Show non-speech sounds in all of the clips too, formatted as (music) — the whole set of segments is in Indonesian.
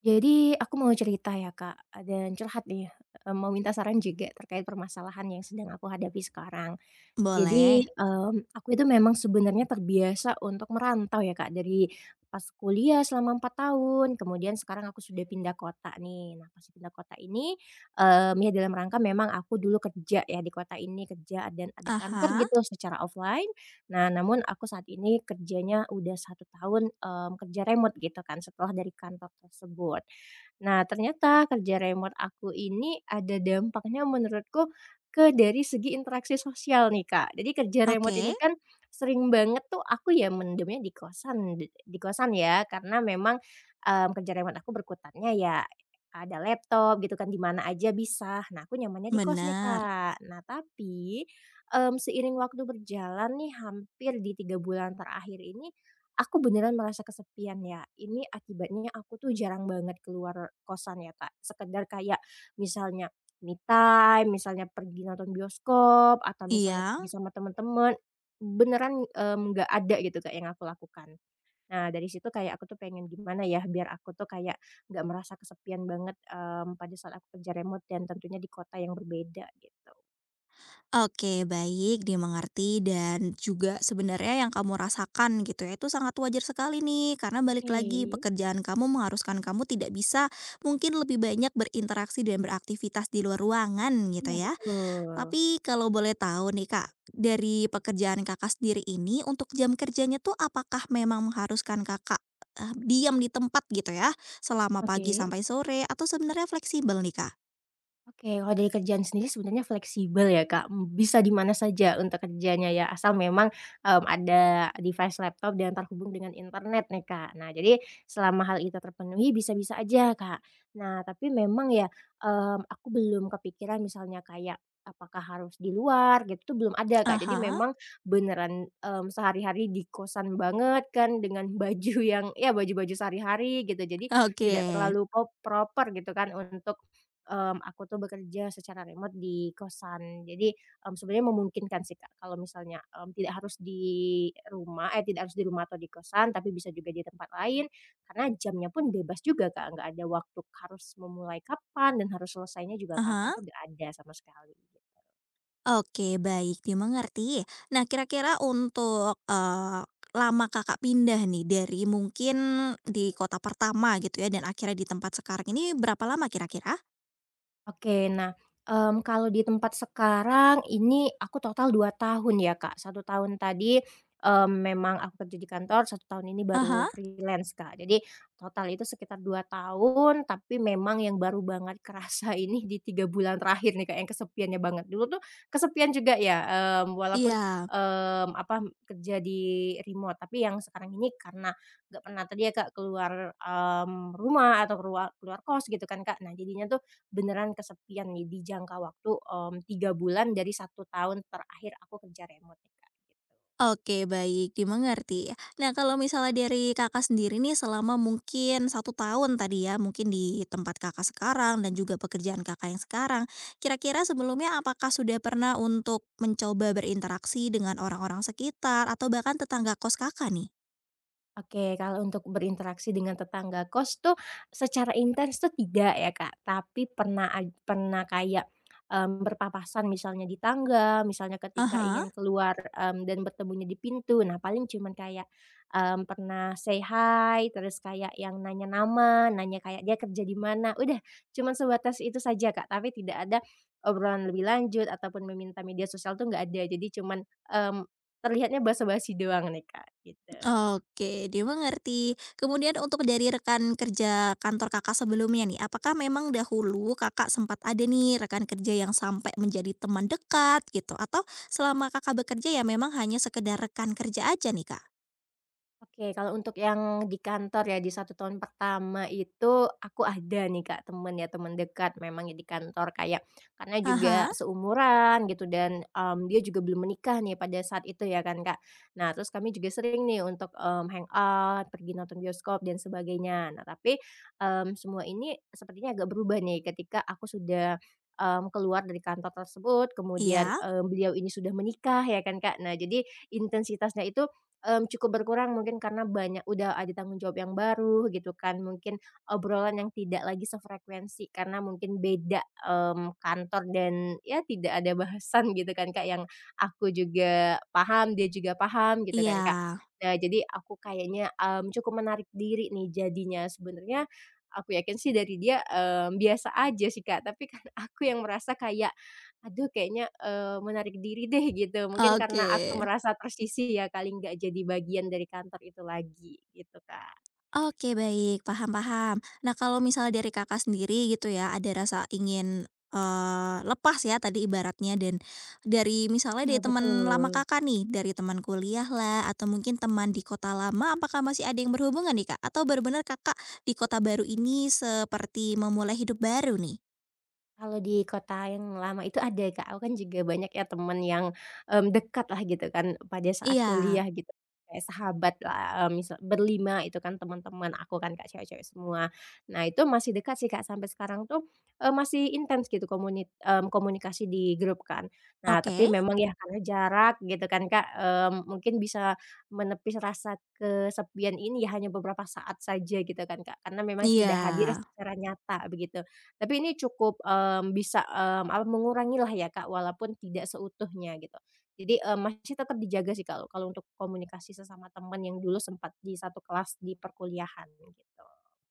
Jadi aku mau cerita ya Kak, dan curhat nih, mau minta saran juga terkait permasalahan yang sedang aku hadapi sekarang. Boleh. Jadi, aku itu memang sebenarnya terbiasa untuk merantau ya, Kak, dari pas kuliah selama 4 tahun, kemudian sekarang aku sudah pindah kota nih. Nah, pas pindah kota ini, ya dalam rangka memang aku dulu kerja ya di kota ini, kerja dan ada kantor Aha, gitu secara offline. Nah, namun aku saat ini kerjanya udah 1 tahun, kerja remote gitu kan, setelah dari kantor tersebut. Nah, ternyata kerja remote aku ini ada dampaknya menurutku dari segi interaksi sosial nih, Kak. Jadi kerja remote oke, ini kan sering banget tuh aku ya mendemnya di kosan ya, karena memang, kerja remote aku berkutatnya ya ada laptop gitu kan, di mana aja bisa. Nah, aku nyamannya di kos nih, benar. Kak. Nah, tapi, seiring waktu berjalan nih hampir di 3 bulan terakhir ini, aku beneran merasa kesepian ya. Ini akibatnya aku tuh jarang banget keluar kosan ya, Kak. Sekedar kayak misalnya me time, misalnya pergi nonton bioskop atau misalnya pergi Iya, sama teman-teman beneran, nggak ada gitu Kak yang aku lakukan. Nah dari situ kayak aku tuh pengen gimana ya biar aku tuh kayak nggak merasa kesepian banget, pada saat aku kerja remote dan tentunya di kota yang berbeda gitu. oke, baik, dimengerti, dan juga sebenarnya yang kamu rasakan gitu ya, itu sangat wajar sekali nih, karena balik lagi Oke. pekerjaan kamu mengharuskan kamu tidak bisa mungkin lebih banyak berinteraksi dan beraktivitas di luar ruangan gitu Iya ya. betul. Tapi kalau boleh tahu nih Kak, dari pekerjaan Kakak sendiri ini untuk jam kerjanya tuh apakah memang mengharuskan Kakak, diam di tempat gitu ya, selama pagi Oke. sampai sore, atau sebenarnya fleksibel nih Kak? Oke, kalau dari kerjaan sendiri sebenarnya fleksibel ya, Kak, bisa di mana saja untuk kerjanya ya, asal memang, ada device laptop dan terhubung dengan internet nih, Kak. Nah, jadi selama hal itu terpenuhi bisa-bisa aja, Kak. Nah, tapi memang ya, aku belum kepikiran misalnya kayak apakah harus di luar gitu tuh belum ada, Kak. Jadi Aha, memang beneran, sehari-hari di kosan banget kan dengan (laughs) baju yang ya baju-baju sehari-hari gitu, jadi oke. tidak terlalu proper gitu kan untuk aku tuh bekerja secara remote di kosan. Jadi, sebenarnya memungkinkan sih, Kak, kalau misalnya, tidak harus di rumah eh, tidak harus di rumah atau di kosan, tapi bisa juga di tempat lain, karena jamnya pun bebas juga, Kak, nggak ada waktu harus memulai kapan dan harus selesainya juga kapan Aha, tuh nggak ada sama sekali. oke, baik, dimengerti. Nah, kira-kira untuk, lama Kakak pindah nih dari mungkin di kota pertama gitu ya dan akhirnya di tempat sekarang ini berapa lama kira-kira? Oke, nah, kalau di tempat sekarang ini aku total 2 tahun ya, Kak. 1 tahun tadi, memang aku kerja di kantor, 1 tahun ini Aha, baru hah, freelance, Kak. Jadi total itu sekitar 2 tahun, tapi memang yang baru banget kerasa (laughs) ini di 3 bulan terakhir nih, Kak, yang kesepiannya banget. Dulu tuh kesepian juga ya, walaupun, iya. mmm, apa, kerja di remote, tapi yang sekarang ini karena nggak pernah tadi ya, Kak, keluar, rumah atau keluar keluar kos gitu kan, Kak. Nah jadinya tuh beneran kesepian nih di jangka waktu, 3 bulan dari 1 tahun terakhir aku kerja remote nih, Kak, gitu. Oke, baik, dimengerti. Nah, kalau misalnya dari Kakak sendiri nih selama mungkin satu tahun tadi ya, mungkin di tempat Kakak sekarang dan juga pekerjaan Kakak yang sekarang, kira-kira sebelumnya apakah sudah pernah untuk mencoba berinteraksi dengan orang-orang sekitar atau bahkan tetangga kos Kakak nih? Oke, kalau untuk berinteraksi dengan tetangga kos tuh secara intens tuh tidak ya, Kak. Tapi pernah kayak, berpapasan misalnya di tangga, misalnya ketika Aha. ingin keluar, dan bertemunya di pintu. Nah, paling cuman kayak, pernah say hi, terus kayak yang nanya nama, nanya kayak dia kerja di mana, udah cuman sebatas itu saja, Kak. Tapi tidak ada obrolan lebih lanjut ataupun meminta media sosial tuh nggak ada. Jadi cuman, terlihatnya basa-basi doang nih, Kak, gitu. Oke, dia mengerti. Kemudian untuk dari rekan kerja kantor Kakak sebelumnya nih, apakah memang dahulu Kakak sempat ada nih rekan kerja yang sampai menjadi teman dekat gitu? Atau selama Kakak bekerja ya memang hanya sekedar rekan kerja aja nih, Kak? Oke, kalau untuk yang di kantor ya, di 1 tahun pertama itu aku ada nih Kak, temen dekat memang ya di kantor kayak karena Ah juga hah, seumuran gitu dan, dia juga belum menikah nih pada saat itu ya kan Kak. Nah, terus kami juga sering nih untuk, hangout, pergi nonton bioskop dan sebagainya. Nah, tapi, semua ini sepertinya agak berubah nih ketika aku sudah, keluar dari kantor tersebut, kemudian, iya, beliau ini sudah menikah ya kan Kak. Nah, jadi intensitasnya itu cukup berkurang mungkin karena banyak udah ada tanggung jawab yang baru gitu kan, mungkin obrolan yang tidak lagi sefrekuensi karena mungkin beda, kantor dan ya tidak ada bahasan (laughs) gitu kan Kak, yang aku juga paham, dia juga paham gitu kan Kak. iya, Nah jadi aku kayaknya, cukup menarik diri nih jadinya, sebenarnya aku yakin sih dari dia, biasa aja sih Kak, tapi kan (laughs) aku yang merasa kayak aduh kayaknya, menarik diri deh gitu, mungkin karena oke. aku merasa tersisih ya kali nggak jadi bagian dari kantor itu lagi, gitu Kak. Oke, baik, paham, paham. Nah, kalau misalnya dari Kakak sendiri gitu ya, ada rasa ingin, lepas ya tadi ibaratnya, dan dari misalnya Iya dari teman lama betul. Kakak nih, dari teman kuliah lah atau mungkin teman di kota lama, apakah masih ada yang berhubungan nih, Kak? Atau benar-benar Kakak di kota baru ini seperti memulai hidup baru nih? Kalau di kota yang lama itu ada Kak, aku kan juga banyak ya temen yang, dekat lah gitu kan pada saat Iya, kuliah gitu, kayak sahabat lah, misal berlima itu kan teman-teman aku kan Kak, cewek-cewek semua. Nah itu masih dekat sih Kak, sampai sekarang tuh, masih intens gitu komunikasi di grup kan. Nah tapi oke, memang ya karena jarak gitu kan Kak, mungkin bisa menepis rasa kesepian ini ya hanya beberapa saat saja gitu kan Kak, karena memang iya. tidak hadir secara nyata begitu. Tapi ini cukup, bisa, mengurangilah ya, Kak, walaupun tidak seutuhnya gitu. Jadi, masih tetap dijaga sih kalau kalau untuk komunikasi sesama teman yang dulu sempat di satu kelas di perkuliahan gitu.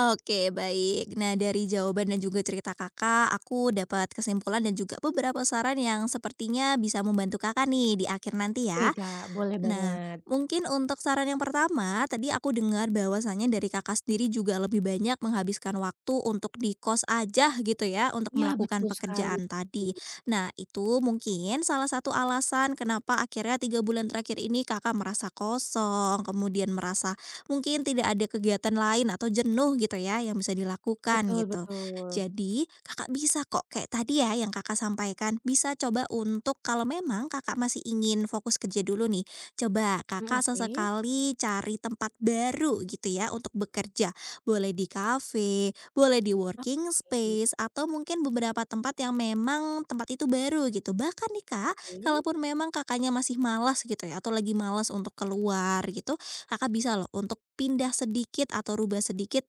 Oke, baik. Nah, dari jawaban dan juga cerita Kakak, aku dapat kesimpulan dan juga beberapa saran yang sepertinya bisa membantu Kakak nih di akhir nanti Oke, ya. Kak, boleh Nah, banget. mungkin untuk saran yang pertama, tadi aku dengar bahwasannya dari Kakak sendiri juga lebih banyak menghabiskan waktu untuk di kos aja gitu ya, untuk Iya, melakukan betul sekali. pekerjaan tadi. Nah, itu mungkin salah satu alasan kenapa akhirnya tiga bulan terakhir ini Kakak merasa kosong, kemudian merasa mungkin tidak ada kegiatan lain atau jenuh gitu ya yang bisa dilakukan Betul, gitu. betul. Jadi, Kakak bisa kok kayak tadi ya yang Kakak sampaikan, bisa coba untuk kalau memang Kakak masih ingin fokus kerja dulu nih. Coba Mhm, Kakak oke. sesekali cari tempat baru gitu ya untuk bekerja. Boleh di kafe, boleh di working Oke, space, atau mungkin beberapa tempat yang memang tempat itu baru gitu. Bahkan nih Kak, oke. kalaupun memang Kakaknya masih malas gitu ya, atau lagi malas untuk keluar gitu, Kakak bisa loh untuk pindah sedikit atau rubah sedikit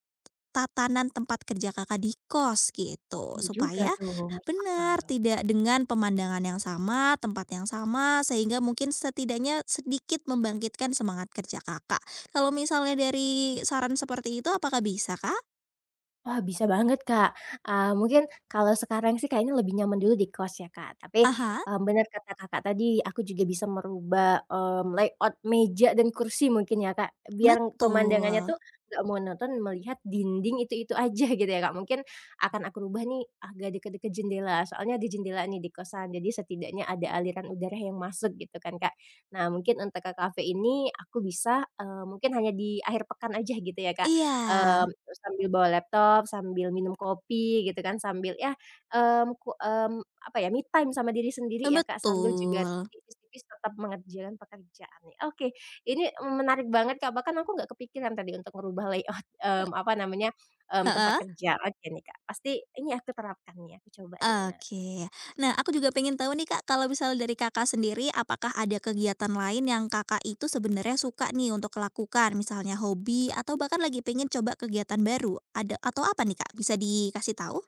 tatanan tempat kerja Kakak di kos Oh, gitu. iya juga Supaya tuh, masuk benar, akal. tidak dengan pemandangan yang sama, tempat yang sama, sehingga mungkin setidaknya sedikit membangkitkan semangat kerja Kakak. Kalau misalnya dari saran seperti itu apakah bisa, Kak? Wah, bisa banget, Kak. Mungkin kalau sekarang sih kayaknya lebih nyaman dulu di kos ya, Kak. Tapi, Aha, bener kata Kakak tadi, aku juga bisa merubah, layout meja dan kursi mungkin ya, Kak. Biar pemandangannya tuh betul. nggak monoton melihat dinding itu-itu aja (laughs) gitu ya, Kak. Mungkin akan aku rubah nih agak deket-deket jendela, soalnya ada jendela nih di kosan, jadi setidaknya ada aliran udara yang masuk gitu kan, Kak. Nah, mungkin untuk ke kafe ini aku bisa, mungkin hanya di akhir pekan aja gitu ya, Kak, Iya, terus sambil bawa laptop, sambil minum kopi gitu kan, sambil ya, mmm, ku mmm, apa ya, me time sama diri sendiri ya, Kak, sambil betul. juga tipis-tipis tetap mengerjakan pekerjaan nih. Oke, ini menarik banget, Kak, bahkan aku nggak kepikiran tadi untuk ngerubah layout, (laughs) E, mmm, apa namanya, tempat heeh? kerja. Oke nih, Kak, pasti ini aku terapkan nih, aku coba dulu. Oke. Nah, aku juga pengen tahu nih Kak, kalau misalnya dari Kakak sendiri, apakah ada kegiatan lain yang Kakak itu sebenarnya suka nih untuk lakukan? Misalnya hobi atau bahkan lagi pengen coba kegiatan baru? Ada atau apa nih Kak, bisa dikasih tahu?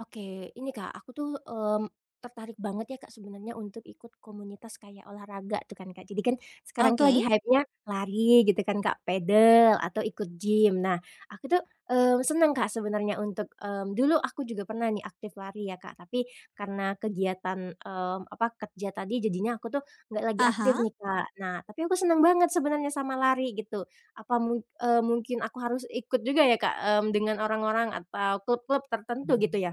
Oke, ini Kak, aku tuh, tertarik banget ya Kak sebenarnya untuk ikut komunitas kayak olahraga tuh kan Kak. Jadi kan sekarang tuh lagi Oke. hype-nya lari gitu kan Kak, pedel atau ikut gym. Nah, aku tuh, seneng Kak sebenarnya untuk, dulu aku juga pernah nih aktif lari ya Kak, tapi karena kegiatan, kerja tadi jadinya aku tuh nggak lagi aktif Aha. nih Kak. Nah, tapi aku seneng banget sebenarnya sama lari gitu. Mungkin aku harus ikut juga ya Kak, dengan orang-orang atau klub-klub tertentu gitu ya?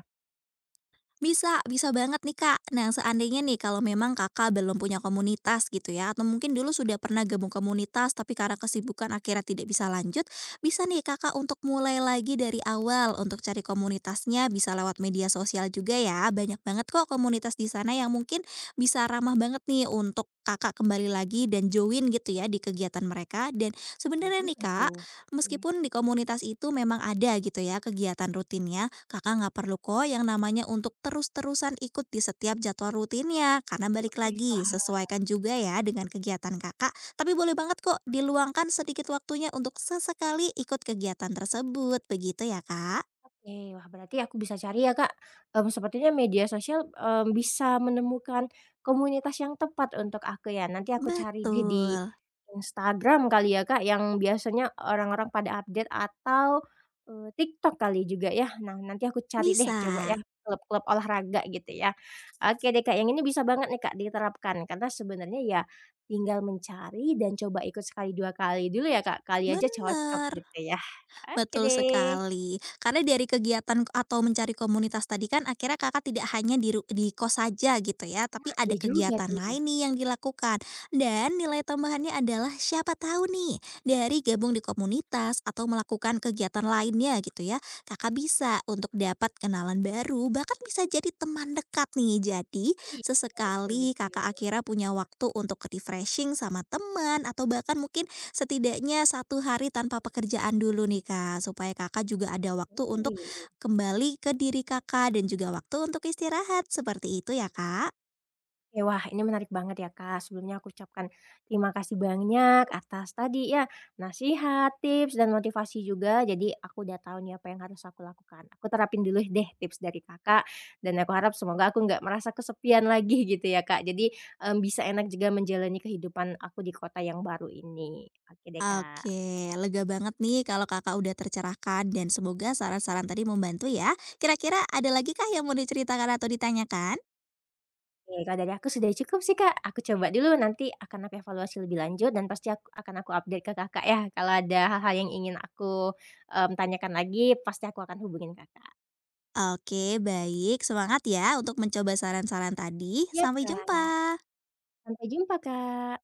Bisa, bisa banget nih, Kak. Nah, seandainya nih kalau memang Kakak belum punya komunitas gitu ya, atau mungkin dulu sudah pernah gabung komunitas tapi karena kesibukan akhirnya tidak bisa lanjut, bisa nih Kakak untuk mulai lagi dari awal untuk cari komunitasnya, bisa lewat media sosial juga ya. Banyak banget kok komunitas di sana yang mungkin bisa ramah banget nih untuk Kakak kembali lagi dan join gitu ya di kegiatan mereka. Dan Iya sebenarnya juga nih, Kak, tuh, mhm. meskipun di komunitas itu memang ada gitu ya kegiatan rutinnya, kakak nggak perlu kok yang namanya untuk terus-terusan ikut di setiap jadwal rutinnya. Karena balik Oke, lagi, paham. sesuaikan juga ya dengan kegiatan kakak. Tapi boleh banget kok diluangkan sedikit waktunya untuk sesekali ikut kegiatan tersebut. Begitu ya kak? Oke, wah berarti aku bisa cari ya Kak, sepertinya media sosial, bisa menemukan komunitas yang tepat untuk aku ya, nanti aku cari deh Betul. di Instagram kali ya Kak, yang biasanya orang-orang pada update atau, TikTok kali juga ya. Nah nanti aku cari deh Bisa. coba ya, klub-klub olahraga gitu ya. Oke deh Kak, yang ini bisa banget nih Kak diterapkan, karena sebenarnya ya tinggal mencari dan coba ikut sekali, 2 kali dulu ya Kak, kali aja cocok Bener. gitu ya. Oke Betul deh. sekali. Karena dari kegiatan atau mencari komunitas tadi kan akhirnya Kakak tidak hanya di kos saja gitu ya, tapi Nah, ada iya juga kegiatan tuh. lain nih yang dilakukan. Dan nilai tambahannya adalah siapa tahu nih dari gabung di komunitas atau melakukan kegiatan lainnya gitu ya, Kakak bisa untuk dapat kenalan baru, bahkan bisa jadi teman dekat nih. Jadi Iya, betul, sesekali betul. Kakak akhirnya punya waktu untuk refreshing sama teman, atau bahkan mungkin setidaknya satu hari tanpa pekerjaan dulu nih, Kak, supaya Kakak juga ada waktu untuk Oke. kembali ke diri Kakak dan juga waktu untuk istirahat, seperti itu ya, Kak? Oke, wah ini menarik banget ya, Kak. Sebelumnya aku ucapkan terima kasih banyak atas tadi ya, nasihat, tips, dan motivasi juga. Jadi aku udah tahu nih apa yang harus aku lakukan. Aku terapin dulu deh tips dari Kakak, dan aku harap semoga aku nggak merasa kesepian (laughs) lagi gitu ya, Kak. Jadi, bisa enak juga menjalani kehidupan aku di kota yang baru ini. Oke deh, Kak. Oke, lega banget nih kalau Kakak udah tercerahkan, dan semoga saran-saran tadi membantu ya. Kira-kira ada lagi kah yang mau diceritakan atau ditanyakan? Oke, kalau dari aku sudah cukup sih, Kak. Aku coba dulu nanti akan aku evaluasi lebih lanjut dan pasti aku akan update ke Kakak ya, kalau ada hal-hal yang ingin aku, tanyakan lagi pasti aku akan hubungin Kakak. Oke, baik, semangat ya untuk mencoba saran-saran tadi. Iya Sampai Kak. jumpa. Sampai jumpa, Kak.